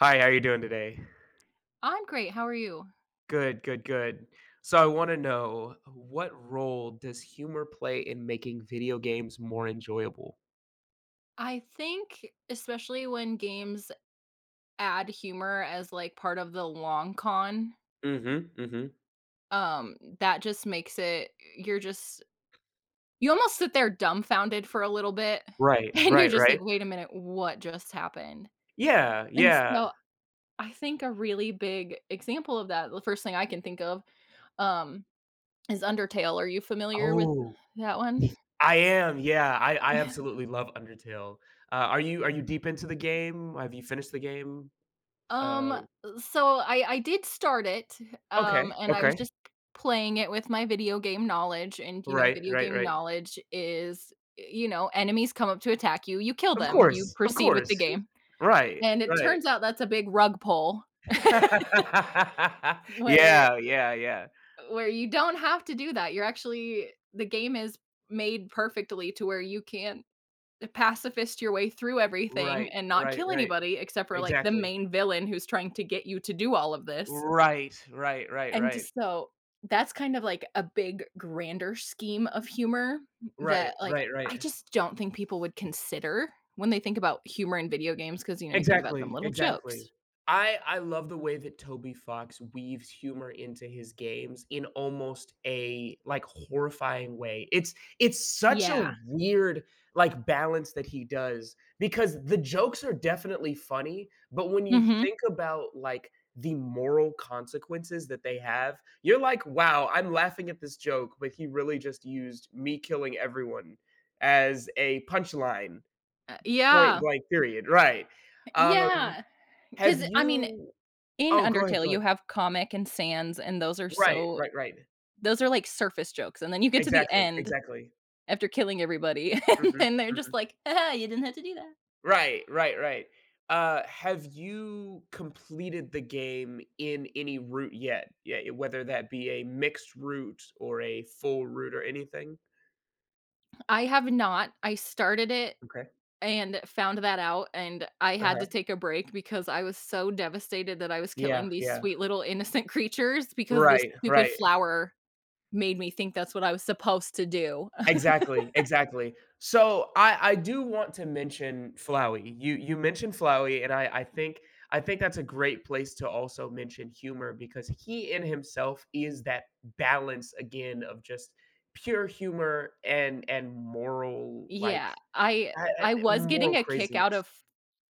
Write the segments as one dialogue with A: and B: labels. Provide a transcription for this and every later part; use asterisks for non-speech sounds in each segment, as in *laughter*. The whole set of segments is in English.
A: Hi, how are you doing today?
B: I'm great. How are you?
A: Good, good, good. So I want to know, what role does humor play in making video games more enjoyable?
B: I think especially when games add humor as like part of the long con,
A: Mhm, mhm.
B: that just makes it you're just you almost sit there dumbfounded for a little bit *laughs*
A: Right,
B: and you're
A: right,
B: just like,
A: right.
B: "Wait a minute, what just happened?"
A: Yeah,
B: And
A: yeah.
B: so I think a really big example of that, the first thing I can think of, um, is Undertale. Are you familiar with
A: Oh,
B: that one?
A: I am. Yeah, I absolutely love Undertale. Are you deep into the game? Have you finished the game? Uh,
B: Um, so I did start it,
A: okay,
B: and I was
A: okay.
B: just playing it with my video game knowledge, and,
A: Right,
B: video
A: right,
B: game
A: right.
B: knowledge is, enemies come up to attack you, you kill
A: Of
B: them, you
A: course, of
B: proceed with
A: course.
B: the game,
A: Right,
B: and it
A: right.
B: turns out that's a big rug pull *laughs*
A: *laughs*
B: where
A: yeah, yeah, yeah.
B: where you don't have to do that, you're actually the game is made perfectly to where you can pacifist your way through everything
A: Right,
B: and not
A: right,
B: kill
A: right.
B: anybody except for, like, the
A: Exactly.
B: main villain who's trying to get you to do all of this.
A: Right, right, right,
B: And
A: right.
B: just so that's kind of like a big grander scheme of humor that,
A: Right,
B: like,
A: right, right.
B: I just don't think people would consider when they think about humor in video games because you think about them
A: Exactly,
B: little
A: exactly.
B: jokes.
A: I love the way that Toby Fox weaves humor into his games in almost a, horrifying way. It's such a
B: Yeah.
A: weird, balance that he does, because the jokes are definitely funny, but when you
B: Mhm.
A: think about, the moral consequences that they have, you're like, "Wow, I'm laughing at this joke, but he really just used me killing everyone as a punchline." Point
B: Yeah.
A: blank period, right. Um,
B: Yeah.
A: have
B: Because I mean,
A: you
B: in
A: Oh, go ahead,
B: Undertale,
A: go
B: you
A: ahead.
B: have comic and Sans, and those are
A: Right,
B: so
A: right, right.
B: those are like surface jokes, and then you get to the
A: Exactly,
B: end
A: exactly.
B: after killing everybody, *laughs* and
A: Mhm,
B: then they're just
A: mhm.
B: like, ah, "You didn't have to do that."
A: Right, right, right. Have you completed the game in any route yet? Yeah, whether that be a mixed route or a full route or anything?
B: I have not. I started it.
A: Okay.
B: And found that out, and I had to
A: Uh-huh.
B: take a break because I was so devastated that I was
A: Yeah,
B: killing these
A: yeah.
B: sweet little innocent *laughs* creatures because this
A: Right,
B: stupid
A: right.
B: flower made me think that's what I was supposed to do. *laughs*
A: Exactly, exactly. So, I do want to mention Flowey. You mentioned Flowey, and I think I think that's a great place to also mention humor, because he in himself is that balance again of just pure humor and moral, like,
B: Yeah, I
A: I
B: I was getting
A: moral
B: a kick out
A: craziness.
B: of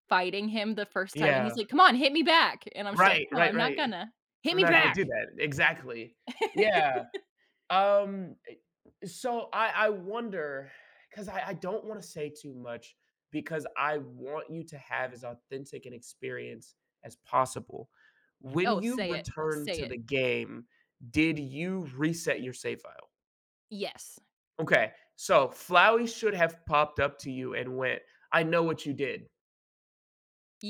B: fighting him the first time, and he's
A: Yeah.
B: like, "Come on, hit me back," and I'm just like,
A: Right,
B: "No,
A: right,
B: I'm not
A: right.
B: gonna. Hit
A: I'm
B: me
A: not gonna do
B: back!"
A: that. Exactly. Yeah. Um, eh, so I wonder, because I don't want to say too much because I want you to have as authentic an experience as possible. When
B: "Oh,
A: you
B: say it,
A: returned
B: say
A: to
B: it."
A: the game, did you reset your save file?
B: "Yes.
A: Okay, so Flowey should have popped up to you and went, I know what you did.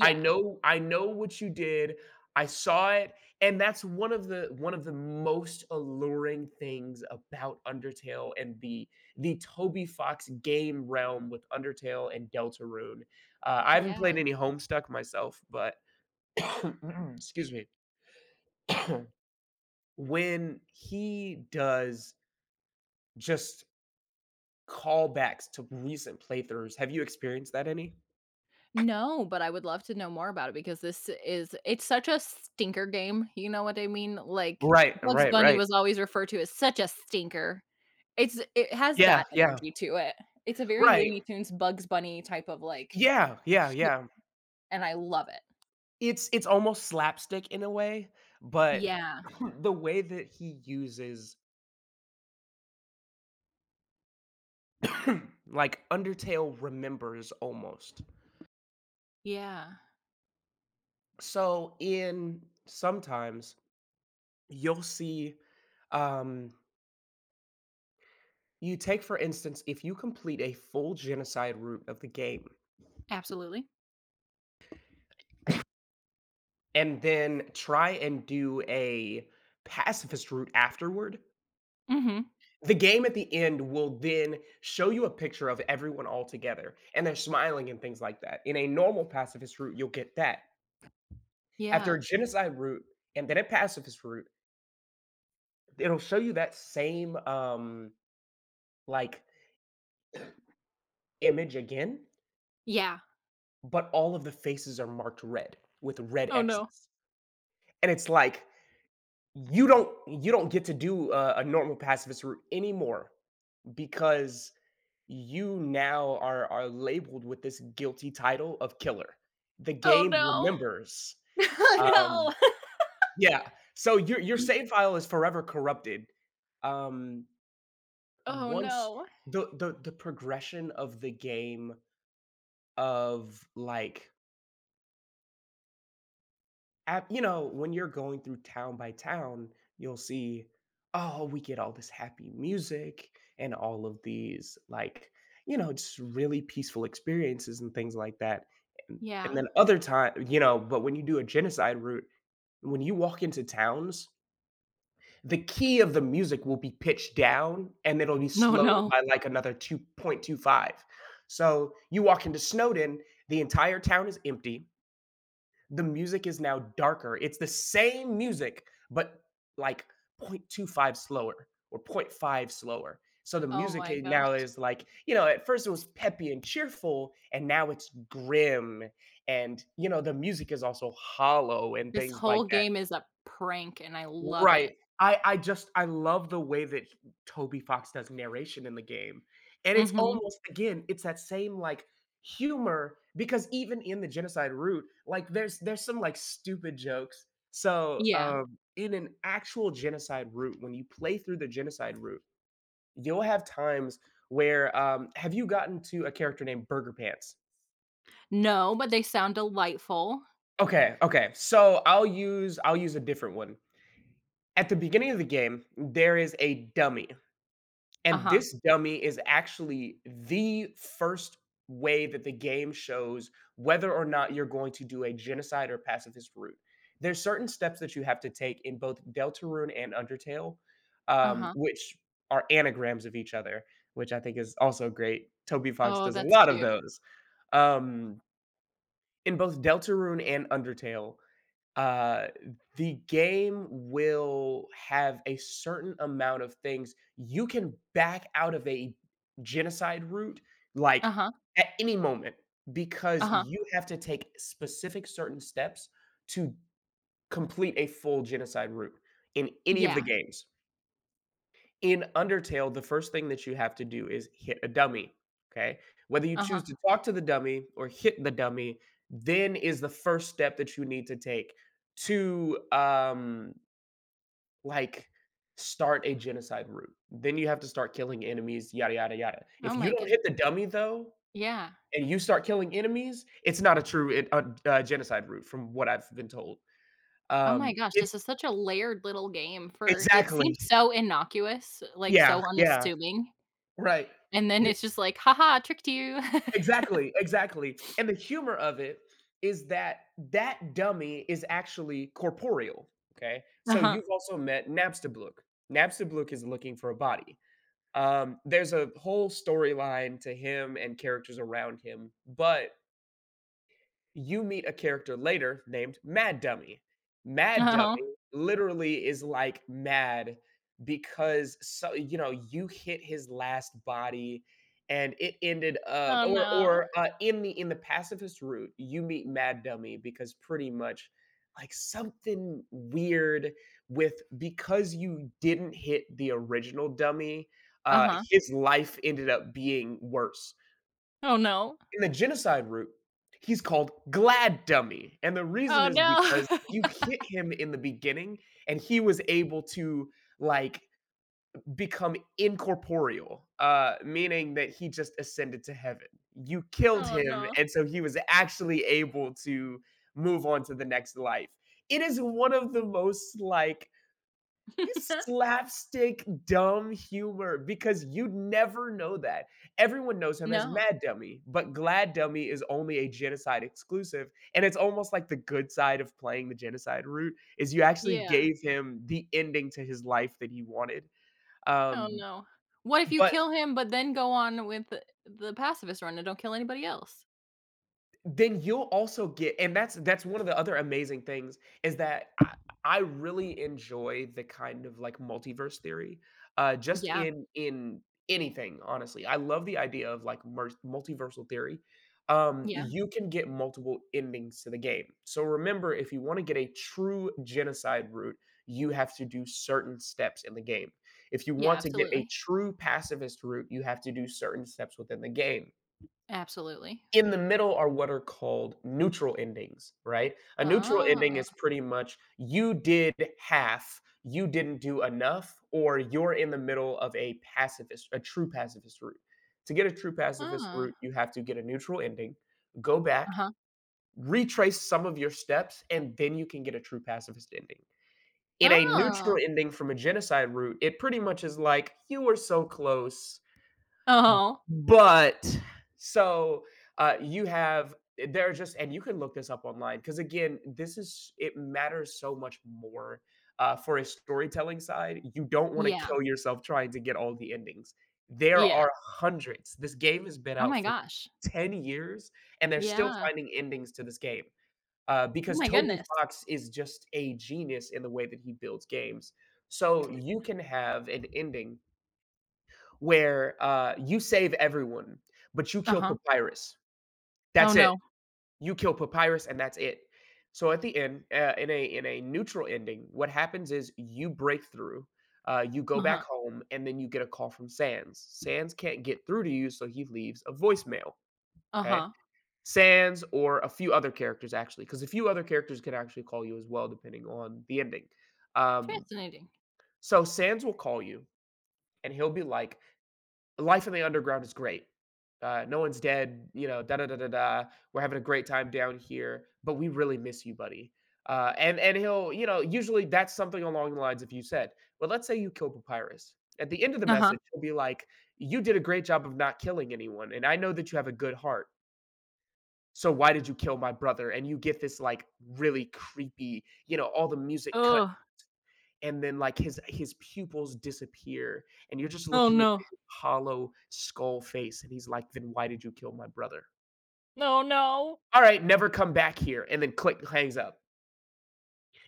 A: I know what you did. I saw it, and that's one of the most alluring things about Undertale and the Toby Fox game realm with Undertale and Deltarune. I haven't played
B: Yeah.
A: any Homestuck myself, but *coughs* excuse me. *coughs* when he does just callbacks to recent playthroughs, have you experienced that any?
B: No, but I would love to know more about it because this is it's such a stinker game, you know what I mean? Like,
A: Right,
B: Bugs
A: right,
B: Bunny
A: right.
B: was always referred to as such a stinker. It has
A: Yeah,
B: that
A: yeah.
B: energy to it. It's a very
A: Right.
B: Looney Tunes, Bugs Bunny type of, like,
A: Yeah, yeah, yeah,
B: hu
A: yeah.
B: and I love it.
A: It's almost slapstick in a way, but
B: Yeah,
A: *clears throat* the way that he uses *clears throat* like, Undertale remembers almost.
B: yeah,
A: So, in sometimes you'll see, um you take, for instance, if you complete a full genocide route of the game
B: absolutely.
A: and then try and do a pacifist route afterward,
B: Mhm.
A: the game at the end will then show you a picture of everyone all together, and they're smiling and things like that. In a normal pacifist route, you'll get that. After
B: Yeah,
A: a genocide route and then a pacifist route, it'll show you that same, like, image again,
B: yeah.
A: but all of the faces are marked red with red
B: Oh, no.
A: X's, and it's like, you don't get to do a normal pacifist route anymore because you now are labeled with this guilty title of killer. The
B: Oh,
A: game
B: no.
A: remembers.
B: *laughs* Oh,
A: Um,
B: no. *laughs*
A: yeah, so your save file is forever corrupted. Um,
B: Oh,
A: once
B: no.
A: the progression of the game of, like Ab you know, when you're going through town by town, you'll see, "Oh, we get all this happy music and all of these, like, you know, just really peaceful experiences and things like that." And
B: Yeah.
A: then other time, you know, but when you do a genocide route, when you walk into towns, the key of the music will be pitched down, and it'll be
B: No,
A: slowed
B: no.
A: by, like, another 2.25. So, you walk into Snowden, the entire town is empty, the music is now darker. It's the same music, but like 0.25 slower or 0 0.5 slower. So the
B: Oh
A: music
B: my
A: now
B: gosh.
A: is like, you know, at first it was peppy and cheerful, and now it's grim. And, you know, the music is also hollow and
B: This
A: things
B: whole
A: like that.
B: game is a prank, and I love
A: Right.
B: it.
A: I just I love the way that Toby Fox does narration in the game, and it's
B: Mhm.
A: almost, again, it's that same, like, humor, because even in the genocide route, like, there's some, like, stupid jokes. So,
B: Yeah.
A: in an actual genocide route, when you play through the genocide route, you'll have times where, have you gotten to a character named Burger Pants?
B: No, but they sound delightful.
A: Okay, okay. So I'll use a different one. At the beginning of the game, there is a dummy. And
B: Uh-huh,
A: this dummy is actually the first way that the game shows whether or not you're going to do a genocide or pacifist route. There's certain steps that you have to take in both Deltarune and Undertale,
B: uh-huh.
A: which are anagrams of each other, which I think is also great. Toby Fox
B: Oh,
A: does a
B: that's
A: lot of
B: cute.
A: those. Um, in both Deltarune and Undertale, uh the game will have a certain amount of things you can back out of a genocide route, like
B: Uh-huh,
A: at any moment, because
B: uh-huh.
A: you have to take specific certain steps to complete a full genocide route in any of the
B: Yeah,
A: games. In Undertale, the first thing that you have to do is hit a dummy, okay? Whether you
B: uh-huh.
A: choose to talk to the dummy or hit the dummy, then is the first step that you need to take to, like, start a genocide route. Then you have to start killing enemies, yada, yada, yada.
B: Oh
A: If you
B: my
A: don't hit the
B: goodness.
A: dummy, though,
B: Yeah.
A: and you start killing enemies, it's not a true genocide route from what I've been told.
B: Oh my gosh, this is
A: It's
B: such a layered little game for it seems
A: exactly.
B: so innocuous, like,
A: Yeah,
B: so
A: yeah,
B: unassuming,
A: right.
B: and then it's just like, "Ha ha, tricked you." *laughs*
A: Exactly, exactly, and the humor of it is that that dummy is actually corporeal, okay? So
B: Uh-huh.
A: you've also met Napstablook. Napstablook is looking for a body. There's a whole storyline to him and characters around him, but you meet a character later named Mad Dummy. Mad
B: Oh.
A: Dummy literally is like mad because, so you know, you hit his last body and it ended up,
B: Oh
A: or
B: no.
A: or uh, in the pacifist route, you meet Mad Dummy because pretty much like something weird with, because you didn't hit the original dummy,
B: Uh-huh.
A: his life ended up being worse.
B: Oh no.
A: In the genocide route, he's called Glad Dummy, and the reason
B: Oh
A: is because
B: no.
A: you
B: *laughs*
A: hit him in the beginning, and he was able to like become incorporeal, meaning that he just ascended to heaven. You killed
B: Oh
A: him,
B: no.
A: and so he was actually able to move on to the next life. It is one of the most like
B: *laughs*
A: slapstick dumb humor because you'd never know that. Everyone knows him as
B: No.
A: Mad Dummy, but Glad Dummy is only a genocide exclusive. And it's almost like the good side of playing the genocide route is you actually
B: Yeah.
A: gave him the ending to his life that he wanted.
B: Oh,
A: Um,
B: no. What if you
A: but
B: kill him, but then go on with the pacifist run and don't kill anybody else?
A: then you'll also get, and that's one of the other amazing things, is that I really enjoy the kind of, like, multiverse theory, just
B: Yeah,
A: in anything, honestly. I love the idea of, like, mer multiversal theory.
B: yeah,
A: You can get multiple endings to the game. So remember, if you wanna get a true genocide route, you have to do certain steps in the game. If you
B: yeah,
A: want to get a
B: absolutely,
A: true pacifist route, you have to do certain steps within the game.
B: absolutely.
A: In the middle are what are called neutral endings, right? A neutral ending is
B: Ah,
A: pretty much you did half, you didn't do enough, or you're in the middle of a pacifist, a true pacifist route. To get a true pacifist
B: ah,
A: route, you have to get a neutral ending, go back,
B: uh-huh.
A: retrace some of your steps, and then you can get a true pacifist ending. In a neutral
B: Oh,
A: ending from a genocide route, it pretty much is like, you were so close
B: oh,
A: but so you have there are just, and you can look this up online because, again, this is, it matters so much more for a storytelling side. You don't want to
B: yeah,
A: kill yourself trying to get all the endings. There
B: yeah.
A: are hundreds. This game has been
B: Oh
A: out
B: my
A: for
B: gosh,
A: 10 years and they're still
B: yeah.
A: finding endings to this game,
B: Oh
A: because
B: my
A: Toby
B: goodness.
A: Fox is just a genius in the way that he builds games. So you can have an ending where you save everyone, but you kill
B: Uh-huh.
A: Papyrus.
B: Oh,
A: That's it.
B: no.
A: You kill Papyrus, and that's it. So at the end, in a neutral ending, what happens is you break through. You go back
B: Uh-huh,
A: home, and then you get a call from Sans. Sans can't get through to you, so he leaves a voicemail. Okay,
B: uh-huh.
A: Sans, or a few other characters actually, because a few other characters can actually call you as well, depending on the ending. Um,
B: Fascinating.
A: so Sans will call you, and he'll be like, life in the underground is great. No one's dead, you know, da da da da da. We're having a great time down here, but we really miss you, buddy. And and he'll, you know, usually that's something along the lines of you said. But let's say you kill Papyrus. At the end of the
B: Uh-huh.
A: message, he'll be like, "You did a great job of not killing anyone, and I know that you have a good heart. So why did you kill my brother?" And you get this like really creepy, you know, all the music cut
B: Oh,
A: and then, like, his pupils disappear, and you're just
B: oh,
A: looking at
B: no.
A: his hollow skull face, and he's like, "Then why did you kill my brother?
B: No, no.
A: All right, never come back here," and then click, hangs up.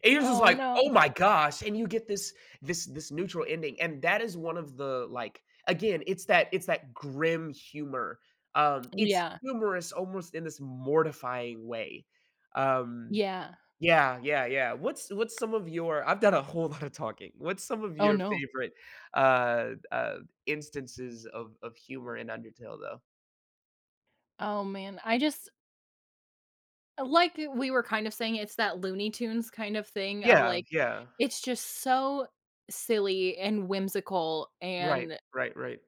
A: And you're just
B: Oh,
A: like, "Oh
B: no.
A: my gosh," and you get this this neutral ending, and that is one of the, like, again, it's that grim humor. It's
B: Yeah,
A: humorous almost in this mortifying way. Um
B: yeah.
A: yeah. What's some of your I've done a whole *laughs* lot of talking. What's some of
B: Oh,
A: your
B: no.
A: favorite, uh, uh, instances of humor in Undertale, though?
B: Oh, man. I just uh, like, we were kind of saying, it's that Looney Tunes kind of thing of,
A: Yeah,
B: like,
A: yeah.
B: it's just so silly and whimsical
A: Right,
B: and
A: right, right.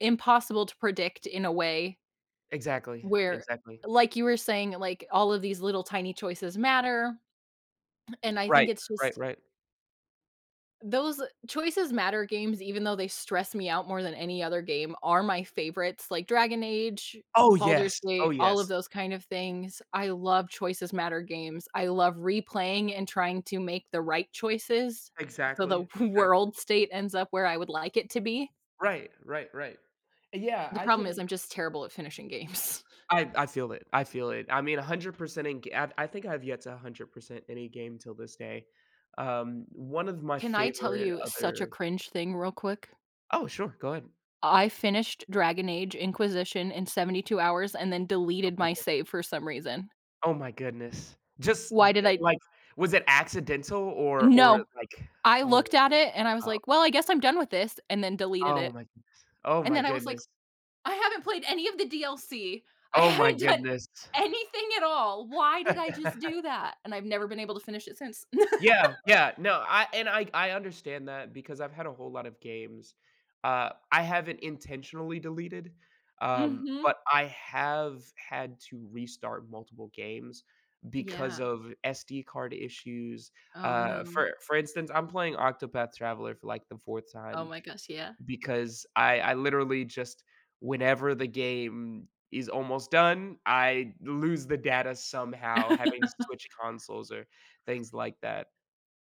B: impossible to predict in a way
A: Exactly,
B: where
A: exactly.
B: like you were saying, like, all of these little tiny choices matter, and I think
A: Right,
B: it's
A: right,
B: just
A: right.
B: those choices matter games, even though they stress me out more than any other game, are my favorites, like Dragon Age,
A: Oh,
B: Baldur's
A: yes. Oh,
B: Gate, all of
A: yes.
B: those kind of things. I love choices matter games. I love replaying and trying to make the right choices so the
A: Exactly,
B: *laughs*
A: exactly.
B: world state ends up where I would like it to be.
A: Right, right, right. Yeah,
B: The
A: I
B: problem is
A: can
B: I'm just terrible at finishing games.
A: I feel it, I feel it. I mean, 100% in ga I think I've yet to 100% any game till this day. One of
B: *laughs*
A: my
B: Can I tell
A: favorite
B: you such a
A: other
B: cringe thing real quick?
A: Oh, sure, go ahead.
B: I finished Dragon Age Inquisition in 72 hours and then
A: Oh
B: deleted
A: my
B: my save
A: goodness.
B: for some reason.
A: Oh my goodness. Just,
B: Why did I—
A: like, was it accidental or or,
B: no,
A: like
B: I
A: oh,
B: looked at it and I was
A: oh,
B: like, "Well, I guess I'm done with this," and then deleted it.
A: oh my oh
B: And
A: my
B: then I was like,
A: goodness.
B: "I haven't played any of the DLC. I *laughs*
A: Oh my
B: haven't done
A: goodness.
B: anything at all. Why did I just
A: *laughs*
B: do that?" And I've never been able to finish it since. *laughs*
A: Yeah, yeah. No, I understand that because I've had a whole lot of games, I haven't intentionally deleted,
B: Mhm.
A: but I have had to restart multiple games because
B: Yeah.
A: of SD card issues.
B: Oh, no.
A: For instance, I'm playing Octopath Traveler for, like, the 4th
B: Oh
A: time
B: my gosh, yeah.
A: because I literally just whenever the game is almost done, I lose the data somehow, having to
B: *laughs*
A: switch consoles or things like that.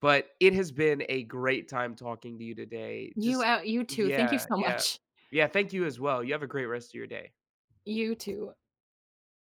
A: But it has been a great time talking to you today.
B: You
A: Just
B: out you too. Thank you
A: yeah,
B: so
A: yeah.
B: much.
A: Yeah, thank you as well. You have a great rest of your day.
B: You too.